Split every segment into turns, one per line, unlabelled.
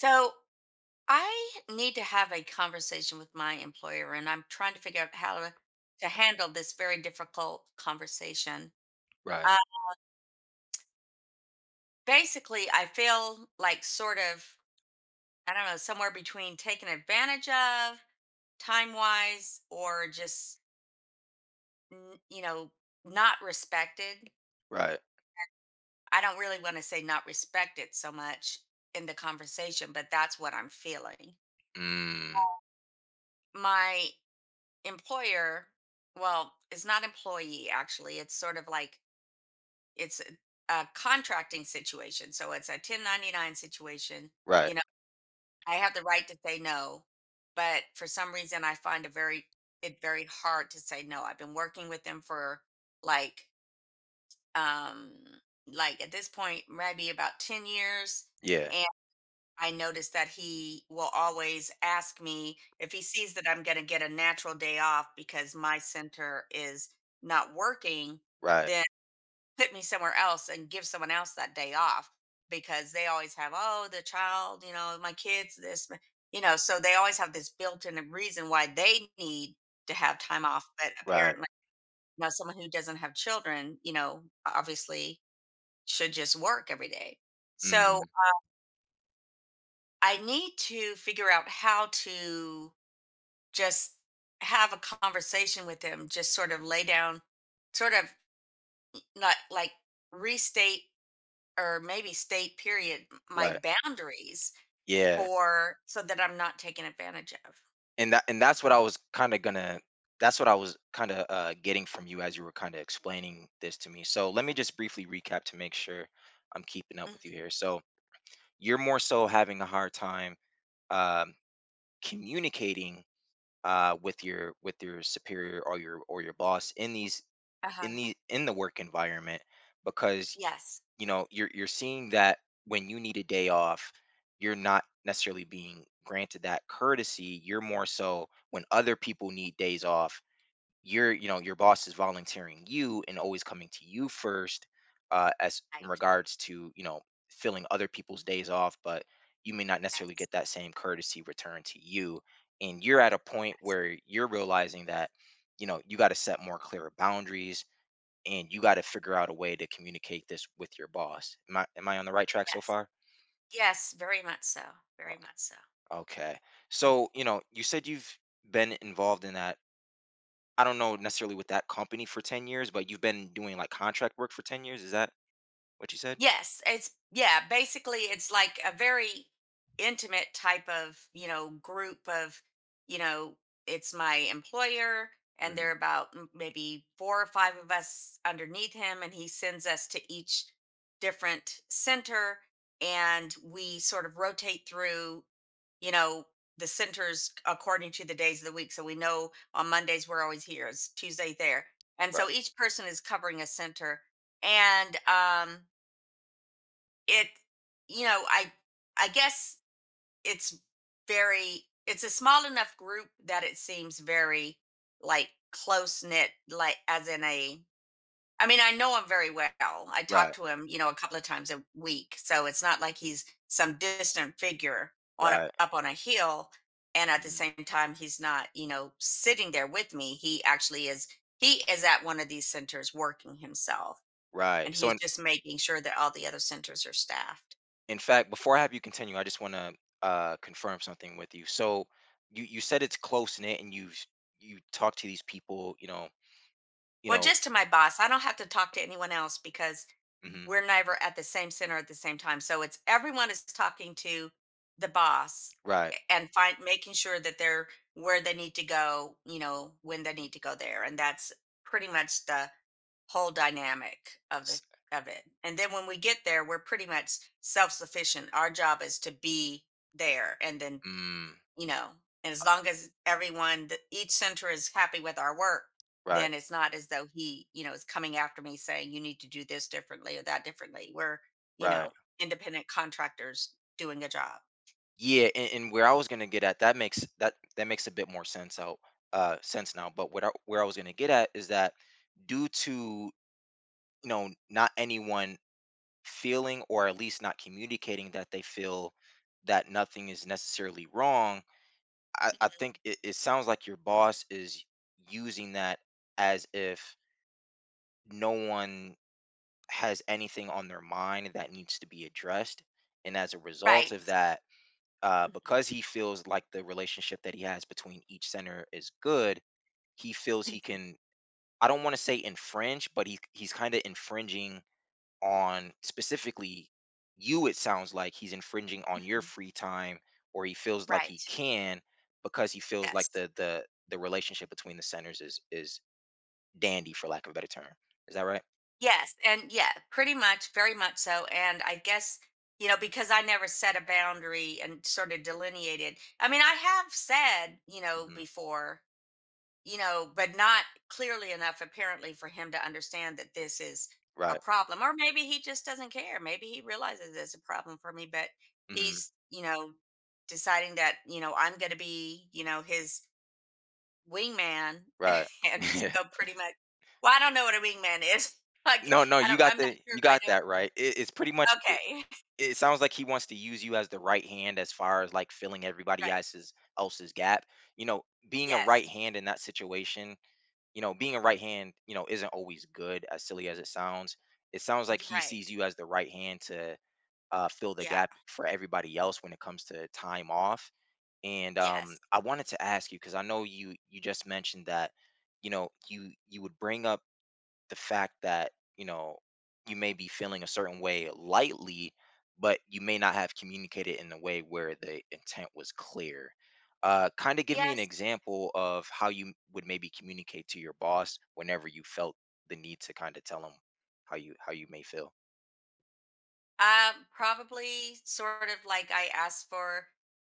So I need to have a conversation with my employer, and I'm trying to figure out how to handle this very difficult conversation.
Right,
Uh, basically, I feel like sort of, I don't know, somewhere between taken advantage of time wise or just, n- you know, not respected.
right.
I don't really want to say not respected so much in the conversation, but that's what I'm feeling.
Mm,
My employer, well, it's not employee, actually, it's sort of like it's a contracting situation, so it's a 1099 situation.
right.
You know, I have the right to say no, but for some reason I find it very hard to say no. I've been working with them for like um like at this point maybe about 10 years.
Yeah,
I notice that he will always ask me if he sees that I'm going to get a natural day off because my center is not working,
right,
then put me somewhere else and give someone else that day off, because they always have, oh, the child, you know, my kids, this, my-" you know, so they always have this built in reason why they need to have time off. But
right.
apparently, you know, someone who doesn't have children, you know, obviously should just work every day. So
Mm,
I need to figure out how to just have a conversation with them, just sort of lay down, sort of not like restate or maybe state period
right.
my boundaries
Yeah,
for so that I'm not taken advantage of.
and that's what I was kinda, getting from you as you were kinda explaining this to me. So, let me just briefly recap to make sure I'm keeping up with you
Mhm.
here. So, you're more so having a hard time, um, communicating, with your superior, or your boss, in these
Uh-huh.
in the work environment, because
Yes.
you're seeing that when you need a day off, you're not necessarily being granted that courtesy. You're more so, when other people need days off, you're you know your boss is volunteering you and always coming to you first, as in
Right.
regards to, filling other people's days off, but you may not necessarily
Yes.
get that same courtesy returned to you. And you're at a point
Yes.
where you're realizing that, you got to set more clearer boundaries, and you got to figure out a way to communicate this with your boss. Am I on the right track so
Yes.
far?
Yes. Very much so.
Oh,
Very much so.
okay. So, you said you've been involved in that. I don't know necessarily with that company for 10 years, but you've been doing like contract work for 10 years. Is that what you said?
Yes, it's, yeah, basically it's like a very intimate type of, you know, group of, you know, it's my employer, and there
Hmm.
are about m- maybe four or five of us underneath him, and he sends us to each different center, and we sort of rotate through, you know, the centers according to the days of the week. So we know on Mondays we're always here, it's Tuesday there. And
Right.
so each person is covering a center. And um, it, you know, I guess it's very, it's a small enough group that it seems very like close knit, like as in a, I mean, I know him very well. I
Right.
talk to him, you know, a couple of times a week, so it's not like he's some distant figure on a,
Right.
up on a hill. And at the
Mhm.
same time, he's not, you know, sitting there with me. He actually is, he is at one of these centers working himself,
Right.
and
So
he's just making sure that all the other centers are staffed.
in fact, before I have you continue, I just want to, confirm something with you. So you said it's close knit, and you talk to these people, you know, you
Well,
know,
just to my boss. I don't have to talk to anyone else because
mhm,
we're never at the same center at the same time. So it's everyone is talking to the boss,
right.
and find making sure that they're where they need to go, you know, when they need to go there. And that's pretty much the whole dynamic of
S-
the of it. And then when we get there, we're pretty much self-sufficient. Our job is to be there, and then,
mm.
you know, and as long as everyone th- each center is happy with our work,
Right,
then it's not as though he, you know, is coming after me saying you need to do this differently or that differently. We're, you
right.
know, independent contractors doing a job.
Yeah, and where I was gonna get at, that makes that makes a bit more sense now. But where I was gonna get at is that, due to, not anyone feeling, or at least not communicating that they feel that nothing is necessarily wrong, I think it sounds like your boss is using that as if no one has anything on their mind that needs to be addressed. And as a result of
Right.
that,
Mhm,
because he feels like the relationship that he has between each center is good, he feels he
mhm.
can. I don't want to say infringe, but he's kind of infringing on specifically you. It sounds like he's infringing on your
Mhm.
free time, or he feels like he
Right.
can, because he feels like
Yes.
the relationship between the centers is dandy, for lack of a better term. Is that right?
Yes. And, yeah, pretty much, very much so. And I guess, you know, because I never set a boundary and sort of delineated, I mean, I have said, you know,
Hmm.
before, you know, but not clearly enough apparently for him to understand that this is a
Right.
problem. Or maybe he just doesn't care. Maybe he realizes it's a problem for me, but
Hmm.
he's, you know, deciding that, you know, I'm going to be, you know, his wingman.
Right.
And so pretty much, well, I don't know what a wingman is. Like,
No, no,
I
you
don't,
got
I'm not sure if I know it.
that right. It's pretty much.
Okay.
It sounds like he wants to use you as the right hand, as far as like filling everybody
Right.
else's gap. Being a right
Yes.
hand in that situation, being a right hand, isn't always good. As silly as it sounds like he sees
Right.
you as the right hand to, fill the
Yeah.
gap for everybody else when it comes to time off. And,
Yes.
I wanted to ask you, because I know you just mentioned that, you would bring up the fact that, you know you may be feeling a certain way lightly, but you may not have communicated in a way where the intent was clear. Kind of give me an
Yes.
example of how you would maybe communicate to your boss whenever you felt the need to kind of tell him how you may feel.
Probably sort of like I asked for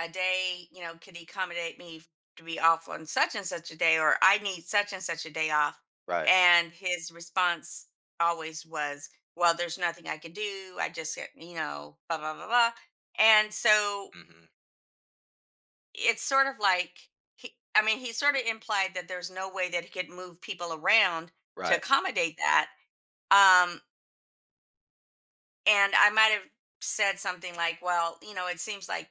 a day, you know, could he accommodate me to be off on such and such a day, or I need such and such a day off.
Right.
And his response always was, well, there's nothing I can do. I just get, you know, blah, blah, blah, blah. And so
Hmm.
it's sort of like, he, I mean, he sort of implied that there's no way that he could move people around to
Right.
accommodate that. Um, and I might have said something like, well, you know, it seems like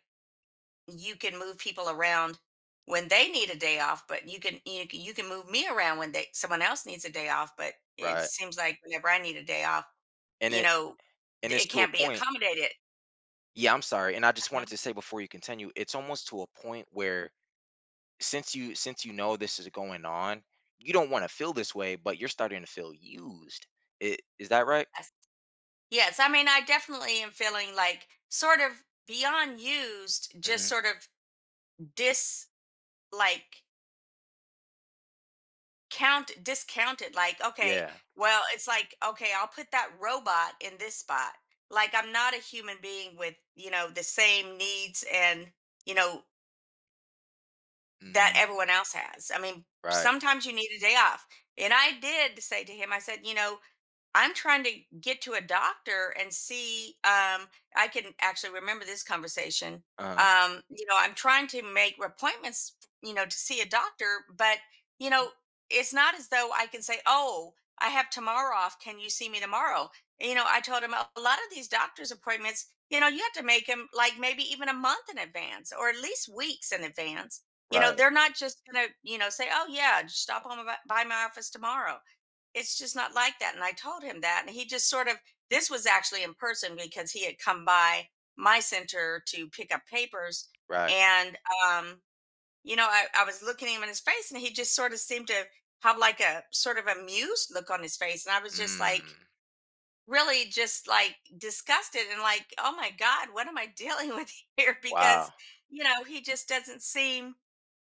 you can move people around when they need a day off, but you can move me around when they someone else needs a day off. But it
Right.
seems like whenever I need a day off,
and
you
it
know,
and
th-
it's
it
to a
can't be
point.
accommodated.
Yeah, I'm sorry, and I just wanted
Uh-huh.
to say before you continue, it's almost to a point where, since you know this is going on, you don't want to feel this way, but you're starting to feel used. Is that right?
Yes, Yes, I mean, I definitely am feeling like sort of beyond used, just
Hmm.
sort of dis, like, count discounted, like, okay,
Yeah.
well it's like, okay, I'll put that robot in this spot, like I'm not a human being with, you know, the same needs and, you know, that
Hmm.
everyone else has. I mean,
Right.
sometimes you need a day off. And I did say to him, I said, you know, I'm trying to get to a doctor and see. I can actually remember this conversation.
Uh.
You know, I'm trying to make appointments, you know, to see a doctor, but, you know, it's not as though I can say, oh, I have tomorrow off. Can you see me tomorrow? You know, I told him, a lot of these doctor's appointments, you know, you have to make them like maybe even a month in advance or at least weeks in advance. You know,
Right.
they're not just going to, you know, say, oh, yeah, just stop on by my office tomorrow. It's just not like that. And I told him that. And he just sort of, this was actually in person because he had come by my center to pick up papers.
Right.
And, um, you know, I was looking at him in his face, and he just sort of seemed to have like a sort of amused look on his face. And I was just like,
Mm.
really just like disgusted and like, oh my God, what am I dealing with here? Because,
Wow.
you know, he just doesn't seem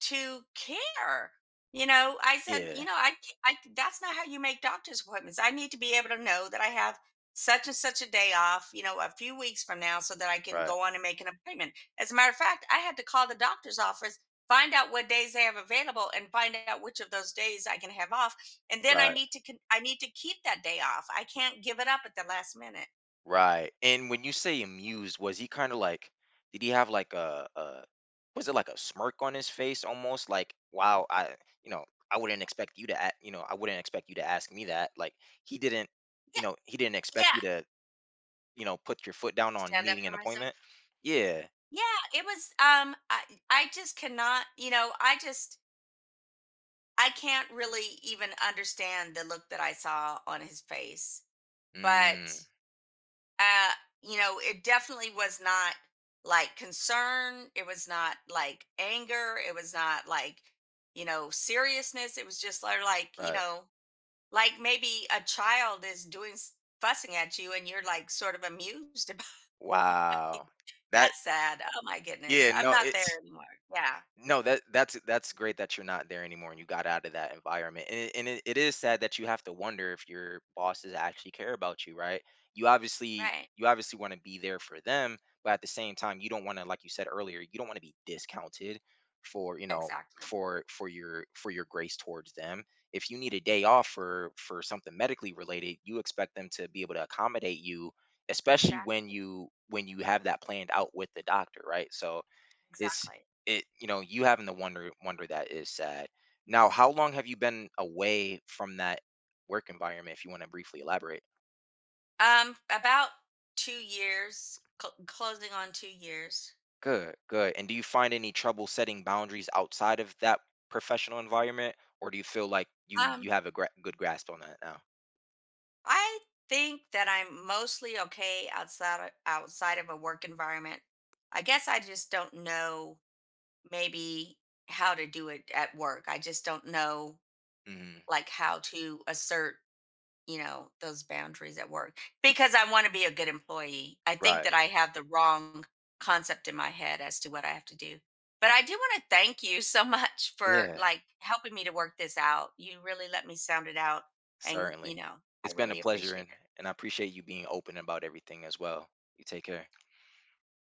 to care. You know, I said, you
Yeah.
know, I that's not how you make doctor's appointments. I need to be able to know that I have such and such a day off, you know, a few weeks from now so that I can
Right.
go on and make an appointment. As a matter of fact, I had to call the doctor's office, find out what days they have available, and find out which of those days I can have off, and then
Right.
I need to keep that day off. I can't give it up at the last minute.
Right. And when you say amused, was he kind of like? Did he have like a? Was it like a smirk on his face, almost like, "Wow, I, you know, I wouldn't expect you to, you know, I wouldn't expect you to ask me that." Like he didn't, you
Yeah,
know, he didn't expect
yeah.
you to. Put your foot down on
Stand up
needing
for
an
myself.
appointment? Yeah.
Yeah, it was, um, I just cannot, you know, I just I can't really even understand the look that I saw on his face.
Mm,
But uh you know, it definitely was not like concern, it was not like anger, it was not like, you know, seriousness. It was just like, you
right.
know, like maybe a child is doing s- fussing at you and you're like sort of amused about it.
Wow. That
That's sad. Oh my goodness.
yeah,
I'm
no,
not there
it's
anymore. Yeah.
No, that that's great that you're not there anymore and you got out of that environment. And it is sad that you have to wonder if your bosses actually care about you, right? You obviously,
Right.
you obviously want to be there for them, but at the same time, you don't want to, like you said earlier, you don't want to be discounted for,
Exactly.
for your grace towards them. If you need a day off
Right.
for, something medically related, you expect them to be able to accommodate you, especially when
Exactly.
you have that planned out with the doctor, right? So it's
Exactly.
it you know, you having the wonder that is sad. Now, how long have you been away from that work environment, if you want to briefly elaborate?
About 2 years, cl- closing on 2 years.
Good, good. And do you find any trouble setting boundaries outside of that professional environment, or do you feel like you
Um
have a good grasp on that now?
I think that I'm mostly okay outside of a work environment. I guess I just don't know, maybe, how to do it at work. I just don't know
Hmm.
like how to assert, you know, those boundaries at work, because I want to be a good employee. I think
Right.
that I have the wrong concept in my head as to what I have to do. But I do want to thank you so much for
Yeah,
like helping me to work this out. You really let me sound it out, and, you
certainly.
know, I
It's been a
really
pleasure,
appreciate
and
it.
I appreciate you being open about everything as well. You take care.